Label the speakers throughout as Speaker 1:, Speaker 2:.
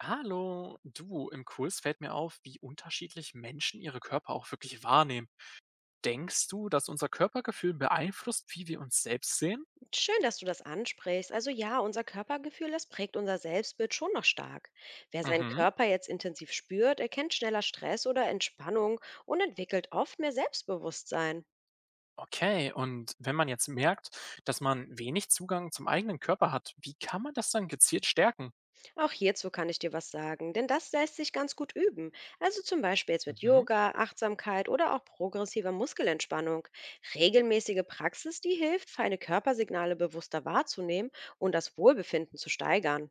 Speaker 1: Hallo, du, im Kurs fällt mir auf, wie unterschiedlich Menschen ihre Körper auch wirklich wahrnehmen. Denkst du, dass unser Körpergefühl beeinflusst, wie wir uns selbst sehen?
Speaker 2: Schön, dass du das ansprichst. Also ja, unser Körpergefühl, das prägt unser Selbstbild schon noch stark. Wer seinen
Speaker 1: Mhm.
Speaker 2: Körper jetzt intensiv spürt, erkennt schneller Stress oder Entspannung und entwickelt oft mehr Selbstbewusstsein.
Speaker 1: Okay, und wenn man jetzt merkt, dass man wenig Zugang zum eigenen Körper hat, wie kann man das dann gezielt stärken?
Speaker 2: Auch hierzu kann ich dir was sagen, denn das lässt sich ganz gut üben. Also zum Beispiel jetzt mit
Speaker 1: Mhm.
Speaker 2: Yoga, Achtsamkeit oder auch progressiver Muskelentspannung. Regelmäßige Praxis, die hilft, feine Körpersignale bewusster wahrzunehmen und das Wohlbefinden zu steigern.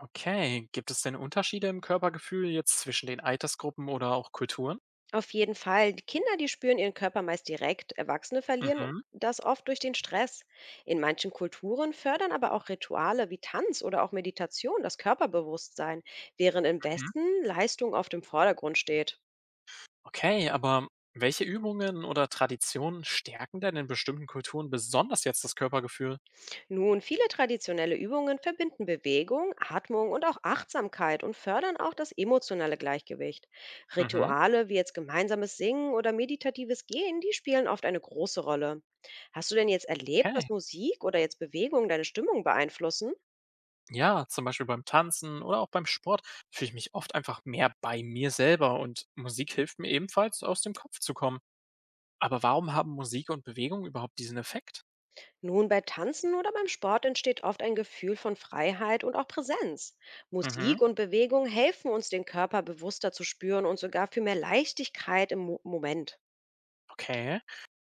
Speaker 1: Okay, gibt es denn Unterschiede im Körpergefühl jetzt zwischen den Altersgruppen oder auch Kulturen?
Speaker 2: Auf jeden Fall. Die Kinder, die spüren ihren Körper meist direkt. Erwachsene verlieren
Speaker 1: Mhm.
Speaker 2: das oft durch den Stress. In manchen Kulturen fördern aber auch Rituale wie Tanz oder auch Meditation das Körperbewusstsein, während im
Speaker 1: Mhm.
Speaker 2: Westen Leistung auf dem Vordergrund steht.
Speaker 1: Okay, aber welche Übungen oder Traditionen stärken denn in bestimmten Kulturen besonders jetzt das Körpergefühl?
Speaker 2: Nun, viele traditionelle Übungen verbinden Bewegung, Atmung und auch Achtsamkeit und fördern auch das emotionale Gleichgewicht.
Speaker 1: Mhm,
Speaker 2: Rituale wie jetzt gemeinsames Singen oder meditatives Gehen, die spielen oft eine große Rolle. Hast du denn jetzt erlebt, dass
Speaker 1: okay.
Speaker 2: Musik oder jetzt Bewegung deine Stimmung beeinflussen?
Speaker 1: Ja, zum Beispiel beim Tanzen oder auch beim Sport fühle ich mich oft einfach mehr bei mir selber und Musik hilft mir ebenfalls, aus dem Kopf zu kommen. Aber warum haben Musik und Bewegung überhaupt diesen Effekt?
Speaker 2: Nun, bei Tanzen oder beim Sport entsteht oft ein Gefühl von Freiheit und auch Präsenz.
Speaker 1: Mhm,
Speaker 2: Musik und Bewegung helfen uns, den Körper bewusster zu spüren und sogar für mehr Leichtigkeit im Mo Moment.
Speaker 1: okay.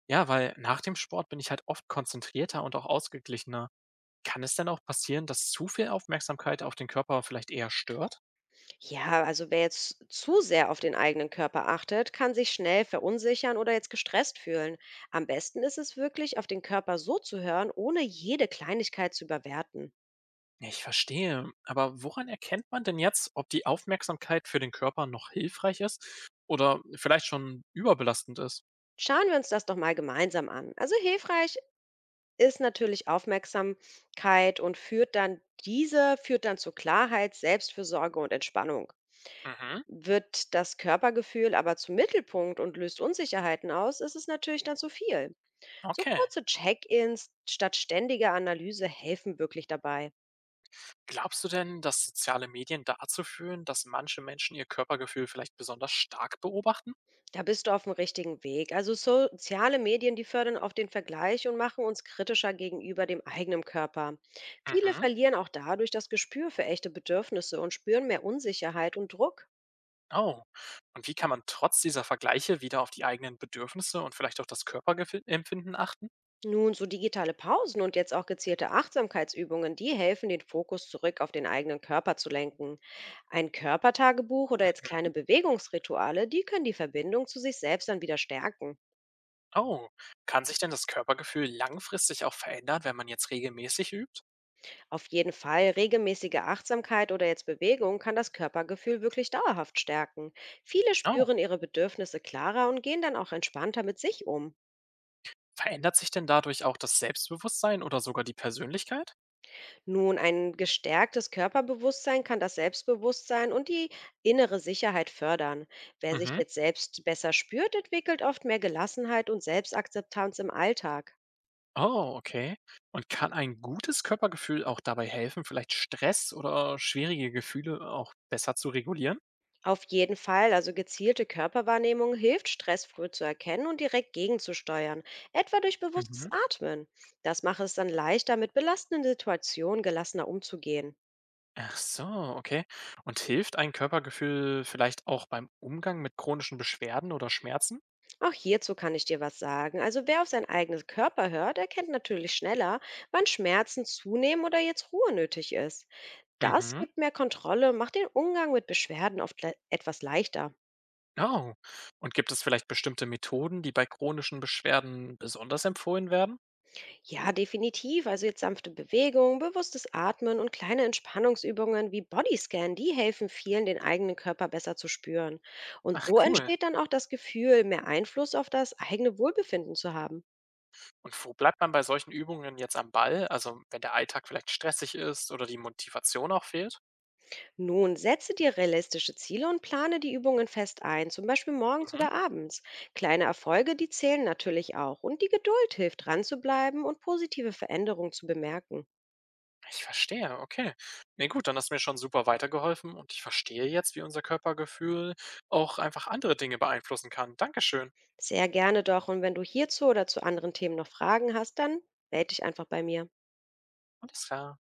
Speaker 1: Ja, weil nach dem Sport bin ich halt oft konzentrierter und auch ausgeglichener. Kann es denn auch passieren, dass zu viel Aufmerksamkeit auf den Körper vielleicht eher stört?
Speaker 2: Ja, also wer jetzt zu sehr auf den eigenen Körper achtet, kann sich schnell verunsichern oder jetzt gestresst fühlen. Am besten ist es wirklich, auf den Körper so zu hören, ohne jede Kleinigkeit zu überwerten.
Speaker 1: Ja, ich verstehe. Aber woran erkennt man denn jetzt, ob die Aufmerksamkeit für den Körper noch hilfreich ist oder vielleicht schon überbelastend ist?
Speaker 2: Schauen wir uns das doch mal gemeinsam an. Also hilfreich ist natürlich Aufmerksamkeit und führt dann zu Klarheit, Selbstfürsorge und Entspannung.
Speaker 1: Mhm,
Speaker 2: Wird das Körpergefühl aber zum Mittelpunkt und löst Unsicherheiten aus, ist es natürlich dann zu viel. So
Speaker 1: okay.
Speaker 2: kurze Check-ins statt ständiger Analyse helfen wirklich dabei.
Speaker 1: Glaubst du denn, dass soziale Medien dazu führen, dass manche Menschen ihr Körpergefühl vielleicht besonders stark beobachten?
Speaker 2: Da bist du auf dem richtigen Weg. Also soziale Medien, die fördern auf den Vergleich und machen uns kritischer gegenüber dem eigenen Körper. Viele
Speaker 1: Mhm.
Speaker 2: verlieren auch dadurch das Gespür für echte Bedürfnisse und spüren mehr Unsicherheit und Druck.
Speaker 1: Oh. Und wie kann man trotz dieser Vergleiche wieder auf die eigenen Bedürfnisse und vielleicht auch das Körperempfinden achten?
Speaker 2: Nun, so digitale Pausen und jetzt auch gezielte Achtsamkeitsübungen, die helfen, den Fokus zurück auf den eigenen Körper zu lenken. Ein Körpertagebuch oder jetzt kleine Bewegungsrituale, die können die Verbindung zu sich selbst dann wieder stärken.
Speaker 1: Oh. Kann sich denn das Körpergefühl langfristig auch verändern, wenn man jetzt regelmäßig übt?
Speaker 2: Auf jeden Fall, regelmäßige Achtsamkeit oder jetzt Bewegung kann das Körpergefühl wirklich dauerhaft stärken. Viele
Speaker 1: Oh.
Speaker 2: spüren ihre Bedürfnisse klarer und gehen dann auch entspannter mit sich um.
Speaker 1: Verändert sich denn dadurch auch das Selbstbewusstsein oder sogar die Persönlichkeit?
Speaker 2: Nun, ein gestärktes Körperbewusstsein kann das Selbstbewusstsein und die innere Sicherheit fördern. Wer sich
Speaker 1: Mhm.
Speaker 2: jetzt selbst besser spürt, entwickelt oft mehr Gelassenheit und Selbstakzeptanz im Alltag.
Speaker 1: Oh, okay. Und kann ein gutes Körpergefühl auch dabei helfen, vielleicht Stress oder schwierige Gefühle auch besser zu regulieren?
Speaker 2: Auf jeden Fall, also gezielte Körperwahrnehmung hilft, Stress früh zu erkennen und direkt gegenzusteuern, etwa durch bewusstes
Speaker 1: Mhm.
Speaker 2: Atmen. Das macht es dann leichter, mit belastenden Situationen gelassener umzugehen.
Speaker 1: Ach so, okay. Und hilft ein Körpergefühl vielleicht auch beim Umgang mit chronischen Beschwerden oder Schmerzen?
Speaker 2: Auch hierzu kann ich dir was sagen. Also wer auf sein eigenes Körper hört, erkennt natürlich schneller, wann Schmerzen zunehmen oder jetzt Ruhe nötig ist. Das
Speaker 1: Mhm.
Speaker 2: gibt mehr Kontrolle und macht den Umgang mit Beschwerden oft le etwas leichter.
Speaker 1: Oh. Und gibt es vielleicht bestimmte Methoden, die bei chronischen Beschwerden besonders empfohlen werden?
Speaker 2: Ja, definitiv. Also jetzt sanfte Bewegung, bewusstes Atmen und kleine Entspannungsübungen wie Bodyscan, die helfen vielen, den eigenen Körper besser zu spüren. Und
Speaker 1: Ach
Speaker 2: so
Speaker 1: cool.
Speaker 2: entsteht dann auch das Gefühl, mehr Einfluss auf das eigene Wohlbefinden zu haben.
Speaker 1: Und wo bleibt man bei solchen Übungen jetzt am Ball? Also wenn der Alltag vielleicht stressig ist oder die Motivation auch fehlt?
Speaker 2: Nun setze dir realistische Ziele und plane die Übungen fest ein, zum Beispiel morgens
Speaker 1: Mhm.
Speaker 2: oder abends. Kleine Erfolge, die zählen natürlich auch. Und die Geduld hilft, dran zu bleiben und positive Veränderungen zu bemerken.
Speaker 1: Ich verstehe, okay. Ne gut, dann hast du mir schon super weitergeholfen und ich verstehe jetzt, wie unser Körpergefühl auch einfach andere Dinge beeinflussen kann. Dankeschön.
Speaker 2: Sehr gerne doch. Und wenn du hierzu oder zu anderen Themen noch Fragen hast, dann melde dich einfach bei mir.
Speaker 1: Alles klar.